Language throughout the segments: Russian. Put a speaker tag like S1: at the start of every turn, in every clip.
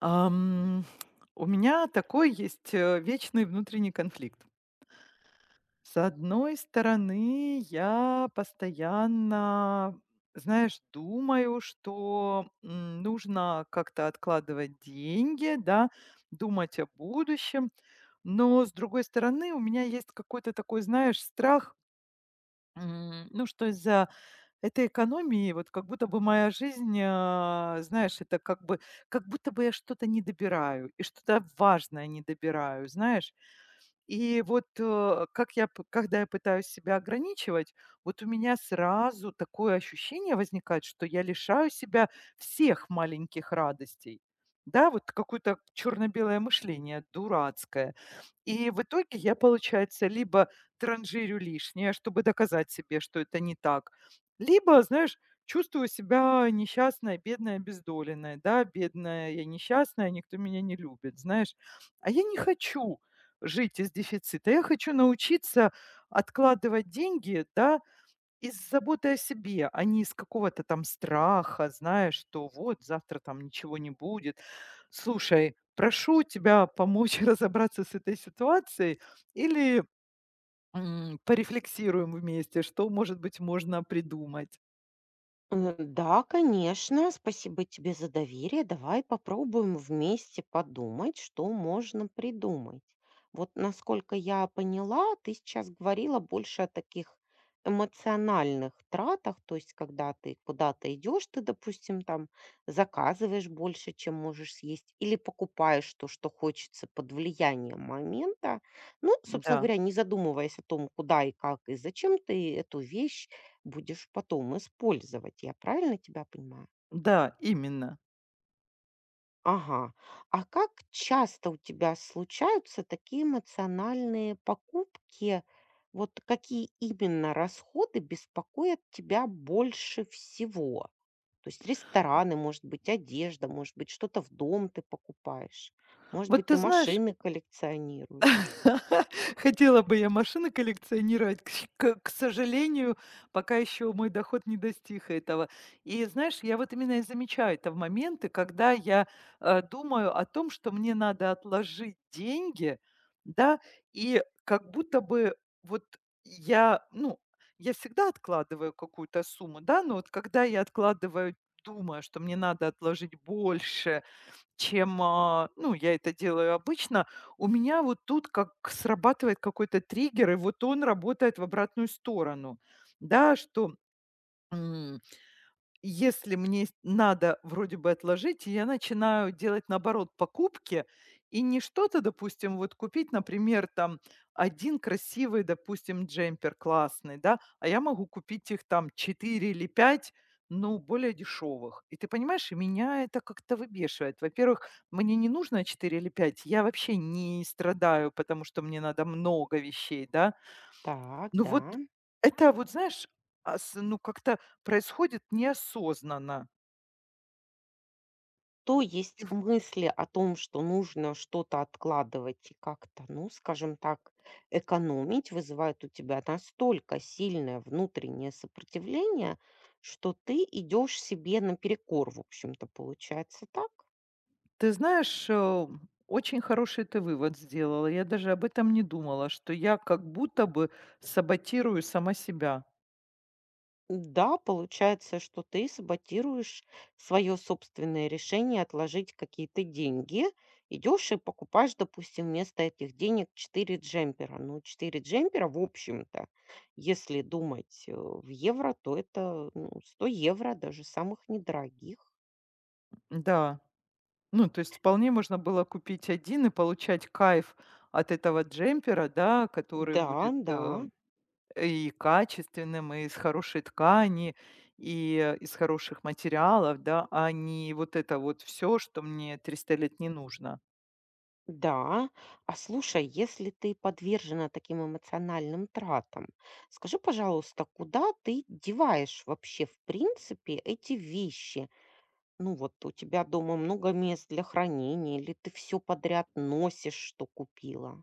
S1: Ам, у меня такой есть, вечный внутренний конфликт. С одной стороны, я постоянно, знаешь, думаю, что, нужно как-то откладывать деньги, да, думать о будущем. Но, с другой стороны, у меня есть какой-то такой, знаешь, страх, ну, что из-за этой экономии, вот как будто бы моя жизнь, знаешь, это как бы, как будто бы я что-то не добираю и что-то важное не добираю, знаешь. И вот, как я п когда я пытаюсь себя ограничивать, вот у меня сразу такое ощущение возникает, что я лишаю себя всех маленьких радостей. Да, вот какое-то черно-белое мышление дурацкое. И в итоге я, получается, либо транжирю лишнее, чтобы доказать себе, что это не так, либо, знаешь, чувствую себя несчастной, бедной, обездоленной, да, бедная я несчастная, никто меня не любит, знаешь. А я не хочу жить из дефицита. Я хочу научиться откладывать деньги, да, из заботы о себе, а не из какого-то там страха, знаешь, что вот завтра там ничего не будет. Слушай, прошу тебя помочь разобраться с этой ситуацией или порефлексируем вместе, что, может быть, можно придумать.
S2: Да, конечно. Спасибо тебе за доверие. Давай попробуем вместе подумать, что можно придумать. Вот, насколько я поняла, ты сейчас говорила больше о таких эмоциональных тратах, то есть когда ты куда-то идешь, ты, допустим, там заказываешь больше, чем можешь съесть, или покупаешь то, что хочется под влиянием момента. Ну, собственно
S1: Да,
S2: говоря, не задумываясь о том, куда, и как, и зачем ты эту вещь будешь потом использовать. Я правильно тебя понимаю?
S1: да, именно.
S2: Ага. А как часто у тебя случаются такие эмоциональные покупки? Вот какие именно расходы беспокоят тебя больше всего? То есть рестораны, может быть, одежда, может быть, что-то в дом ты покупаешь, может
S1: Вот
S2: быть,
S1: ты
S2: ты
S1: знаешь,
S2: машины коллекционируешь.
S1: хотела бы я машины коллекционировать, к щ к к сожалению, пока еще мой доход не достиг этого. И знаешь, я вот именно и замечаю это в моменты, когда я, думаю о том, что мне надо отложить деньги, да, и как будто бы вот я, ну, я всегда откладываю какую-то сумму, да, но вот когда я откладываю, думаю, что мне надо отложить больше, чем, ну, я это делаю обычно. У меня вот тут как срабатывает какой-то триггер, и вот он работает в обратную сторону. Да, что если мне с надо вроде бы отложить, я начинаю делать, наоборот, покупки. И не что-то, допустим, вот купить, например, там один красивый, допустим, джемпер классный, да, а я могу купить их там 4 или 5, ну, более дешевых. И ты понимаешь, и меня это как-то выбешивает. Во-первых, мне не нужно 4 или 5, я вообще не страдаю, потому что мне надо много вещей, да.
S2: Так,
S1: Ну
S2: да.
S1: вот это вот, знаешь, а, с ну, как-то происходит неосознанно.
S2: То есть
S1: И в
S2: мысли о том, что нужно что-то откладывать и как-то, ну, скажем так, экономить, вызывают у тебя настолько сильное внутреннее сопротивление, что ты идешь себе наперекор, в общем-то, получается так?
S1: Ты знаешь, очень хороший ты вывод сделала. Я даже об этом не думала, что я как будто бы саботирую сама себя.
S2: Да, получается, что ты саботируешь свое собственное решение отложить какие-то деньги. Идешь и покупаешь, допустим, вместо этих денег 4 джемпера. Ну, 4 джемпера, в общем-то, если думать в евро, то это, ну, 100 евро, даже самых недорогих.
S1: Да. Ну, то есть вполне можно было купить один и получать кайф от этого джемпера, да, который
S2: Да,
S1: будет,
S2: да.
S1: и качественным, и из хорошей ткани, и из хороших материалов, да, а не вот это вот все, что мне 300 лет не нужно.
S2: Да, а слушай, если ты подвержена таким эмоциональным тратам, скажи, пожалуйста, куда ты деваешь вообще в принципе эти вещи? Ну вот у тебя дома много мест для хранения, или ты все подряд носишь, что купила?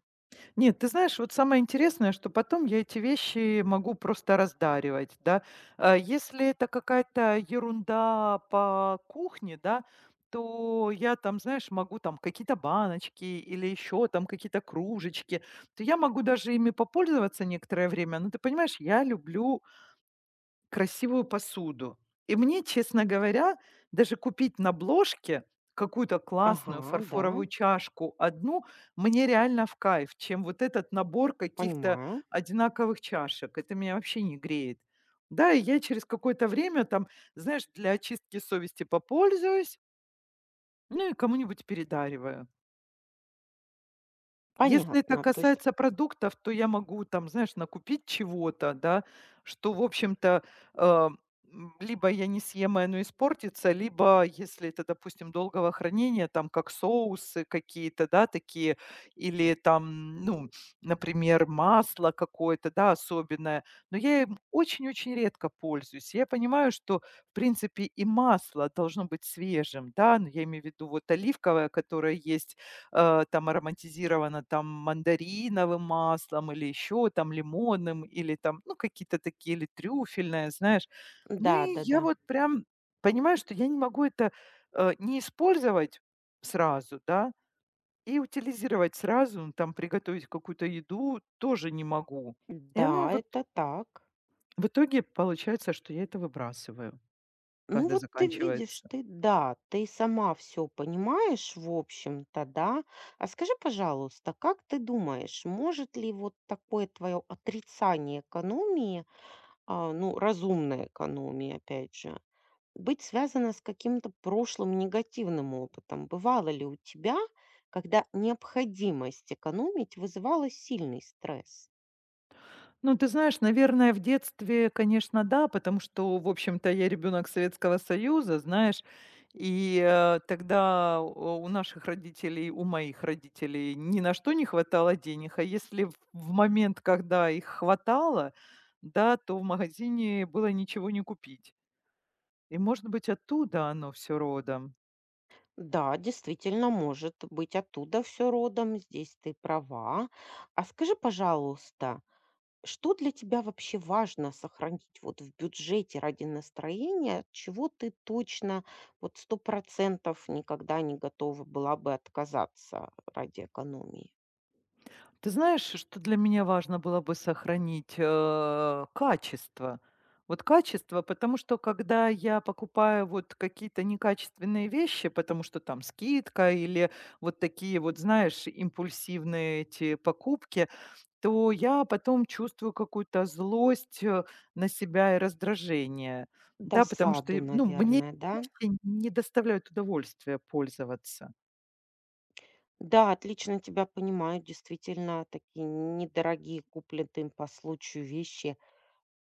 S1: Нет, ты знаешь, вот самое интересное, что потом я эти вещи могу просто раздаривать, да. Если это какая-то ерунда по кухне, да, то я там, знаешь, могу там какие-то баночки или еще там какие-то кружечки, то я могу даже ими попользоваться некоторое время. Но ты понимаешь, я люблю красивую посуду. И мне, честно говоря, даже купить на "Блошке" какую-то
S2: Ага,
S1: классную
S2: да,
S1: фарфоровую чашку одну, мне реально в кайф, чем вот этот набор каких-то
S2: понимаю.
S1: одинаковых чашек. Это меня вообще не греет. Да, и я через какое-то время там, знаешь, для очистки совести попользуюсь, ну и кому-нибудь передариваю. Если это
S2: Понятно, то есть,
S1: касается продуктов, то я могу там, знаешь, накупить чего-то, да, что, в общем-то, э, либо я не съем, и оно испортится, либо, если это, допустим, долгого хранения, там, как соусы какие-то, да, такие, или там, ну, например, масло какое-то, да, особенное. Но я им очень-очень редко пользуюсь. Я понимаю, что, в принципе, и масло должно быть свежим, да, ну, я имею в виду вот оливковое, которое есть, там ароматизировано там мандариновым маслом или еще там лимонным, или там, ну, какие-то такие, или трюфельное, знаешь. Ну
S2: да,
S1: и
S2: да,
S1: я
S2: да.
S1: вот прям понимаю, что я не могу это не использовать сразу, да, и утилизировать сразу, ну, там приготовить какую-то еду тоже не могу. И оно
S2: Да,
S1: вот
S2: это так.
S1: в итоге получается, что я это выбрасываю,
S2: Ну
S1: когда
S2: вот ты видишь,
S1: заканчивается.
S2: ты, да, ты сама все понимаешь, в общем-то, да. А скажи, пожалуйста, как ты думаешь, может ли вот такое твое отрицание экономии, ну, разумной экономии, опять же, быть связано с каким-то прошлым негативным опытом? Бывало ли у тебя, когда необходимость экономить вызывала сильный стресс?
S1: Ну, ты знаешь, наверное, в детстве, конечно, да, потому что, в общем-то, я ребенок Советского Союза, знаешь, и тогда у наших родителей, у моих родителей ни на что не хватало денег, а если в момент, когда их хватало, да, то в магазине было ничего не купить. И, может быть, оттуда оно все родом.
S2: Да, действительно, может быть, оттуда все родом, здесь ты права. А скажи, пожалуйста, что для тебя вообще важно сохранить вот в бюджете ради настроения, чего ты точно вот 100% никогда не готова была бы отказаться ради экономии?
S1: Ты знаешь, что для меня важно было бы сохранить? Качество. Вот качество, потому что когда я покупаю вот какие-то некачественные вещи, потому что там скидка или вот такие вот, знаешь, импульсивные эти покупки, то я потом чувствую какую-то злость на себя и раздражение. Да, потому что,
S2: Досаду,
S1: ну, мне
S2: наверное, да?
S1: вещи не доставляют удовольствия пользоваться.
S2: Да, отлично тебя понимаю. Действительно, такие недорогие купленные по случаю вещи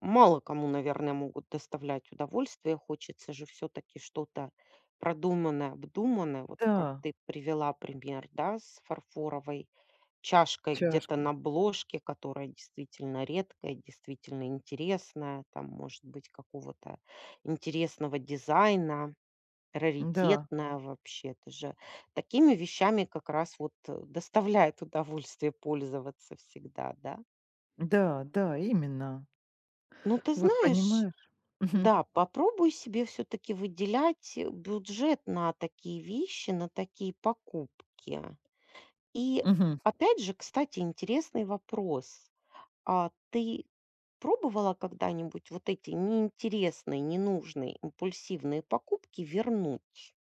S2: мало кому, наверное, могут доставлять удовольствие. Хочется же все-таки что-то продуманное, обдуманное. Вот как
S1: Да,
S2: ты привела пример, да, с фарфоровой чашкой где-то
S1: чашкой.
S2: на бложке, которая действительно редкая, действительно интересная, там, может быть, какого-то интересного дизайна,
S1: Да,
S2: раритетная вообще. Это же такими вещами как раз вот доставляет удовольствие пользоваться всегда, да?
S1: да, да, именно.
S2: Ну, ты
S1: Вот
S2: знаешь,
S1: понимаешь? Мгм.
S2: да, попробуй себе все-таки выделять бюджет на такие вещи, на такие покупки. И
S1: Мгм.
S2: опять же, кстати, интересный вопрос. А ты пробовала когда-нибудь вот эти неинтересные, ненужные, импульсивные покупки вернуть?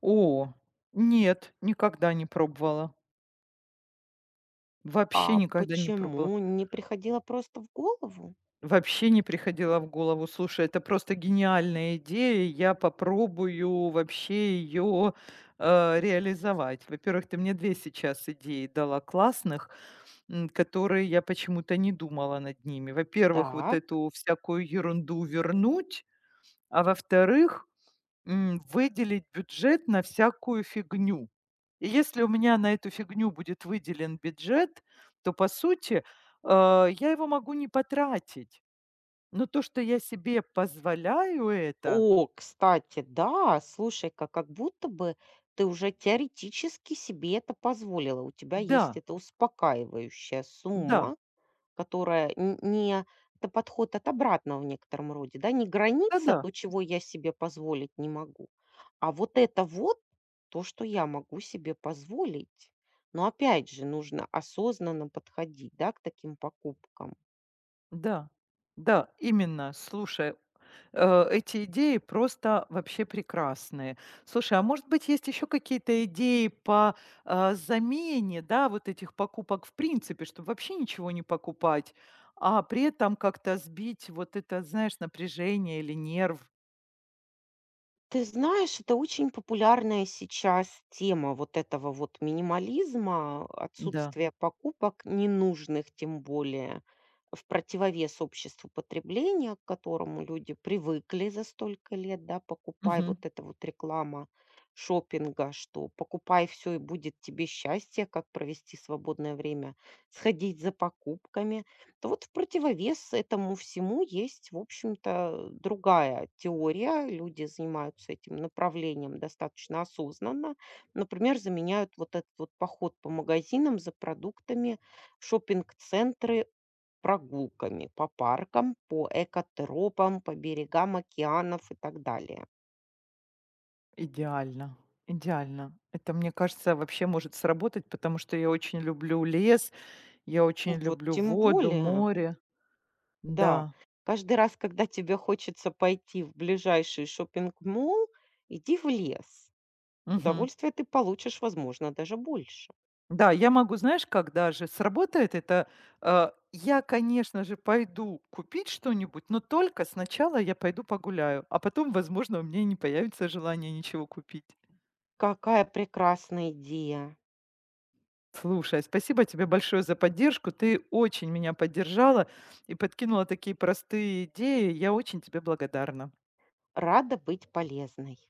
S1: О, нет, никогда не пробовала. Вообще
S2: А
S1: никогда не пробовала.
S2: почему не приходило просто в голову?
S1: Вообще не приходила в голову. Слушай, это просто гениальная идея. Я попробую вообще ее реализовать. Во-первых, ты мне две сейчас идеи дала классных, которые я почему-то не думала над ними. Во-первых, вот
S2: Так.
S1: эту всякую ерунду вернуть, а во-вторых, выделить бюджет на всякую фигню. И если у меня на эту фигню будет выделен бюджет, то, по сути, я его могу не потратить. Но то, что я себе позволяю это.
S2: О, кстати, да, слушай-ка, как будто бы ты уже теоретически себе это позволила. У тебя есть
S1: Да,
S2: эта успокаивающая
S1: да,
S2: сумма, которая не, это подход от обратного в некотором роде, да, не граница,
S1: да-да.
S2: то, чего я себе позволить не могу, а вот это вот то, что я могу себе позволить. Но опять же, нужно осознанно подходить, да, к таким покупкам.
S1: Да, да, именно. Слушай, эти идеи просто вообще прекрасные. Слушай, а может быть, есть еще какие-то идеи по замене, да, вот этих покупок в принципе, чтобы вообще ничего не покупать, а при этом как-то сбить вот это, знаешь, напряжение или нерв?
S2: Ты знаешь, это очень популярная сейчас тема вот этого вот минимализма,
S1: Да.
S2: отсутствия покупок ненужных, тем более в противовес обществу потребления, к которому люди привыкли за столько лет, да, покупай,
S1: Мгм.
S2: вот эта вот реклама шопинга, что покупай все и будет тебе счастье, как провести свободное время, сходить за покупками. То вот в противовес этому всему есть, в общем-то, другая теория. Люди занимаются этим направлением достаточно осознанно. Например, заменяют вот этот вот поход по магазинам за продуктами, в шопинг-центры прогулками по паркам, по экотропам, по берегам океанов и так далее.
S1: Идеально. Идеально. Это, мне кажется, вообще может сработать, потому что я очень люблю лес, я очень
S2: Вот
S1: люблю
S2: тем
S1: воду,
S2: более,
S1: море.
S2: да,
S1: Да.
S2: каждый раз, когда тебе хочется пойти в ближайший шопинг-молл, иди в лес.
S1: Мгм.
S2: Удовольствие ты получишь, возможно, даже больше.
S1: Да, я могу, знаешь, как даже сработает это, я, конечно же, пойду купить что-нибудь, но только сначала я пойду погуляю, а потом, возможно, у меня и не появится желание ничего купить.
S2: Какая прекрасная идея!
S1: Слушай, спасибо тебе большое за поддержку. Ты очень меня поддержала и подкинула такие простые идеи. Я очень тебе благодарна.
S2: Рада быть полезной.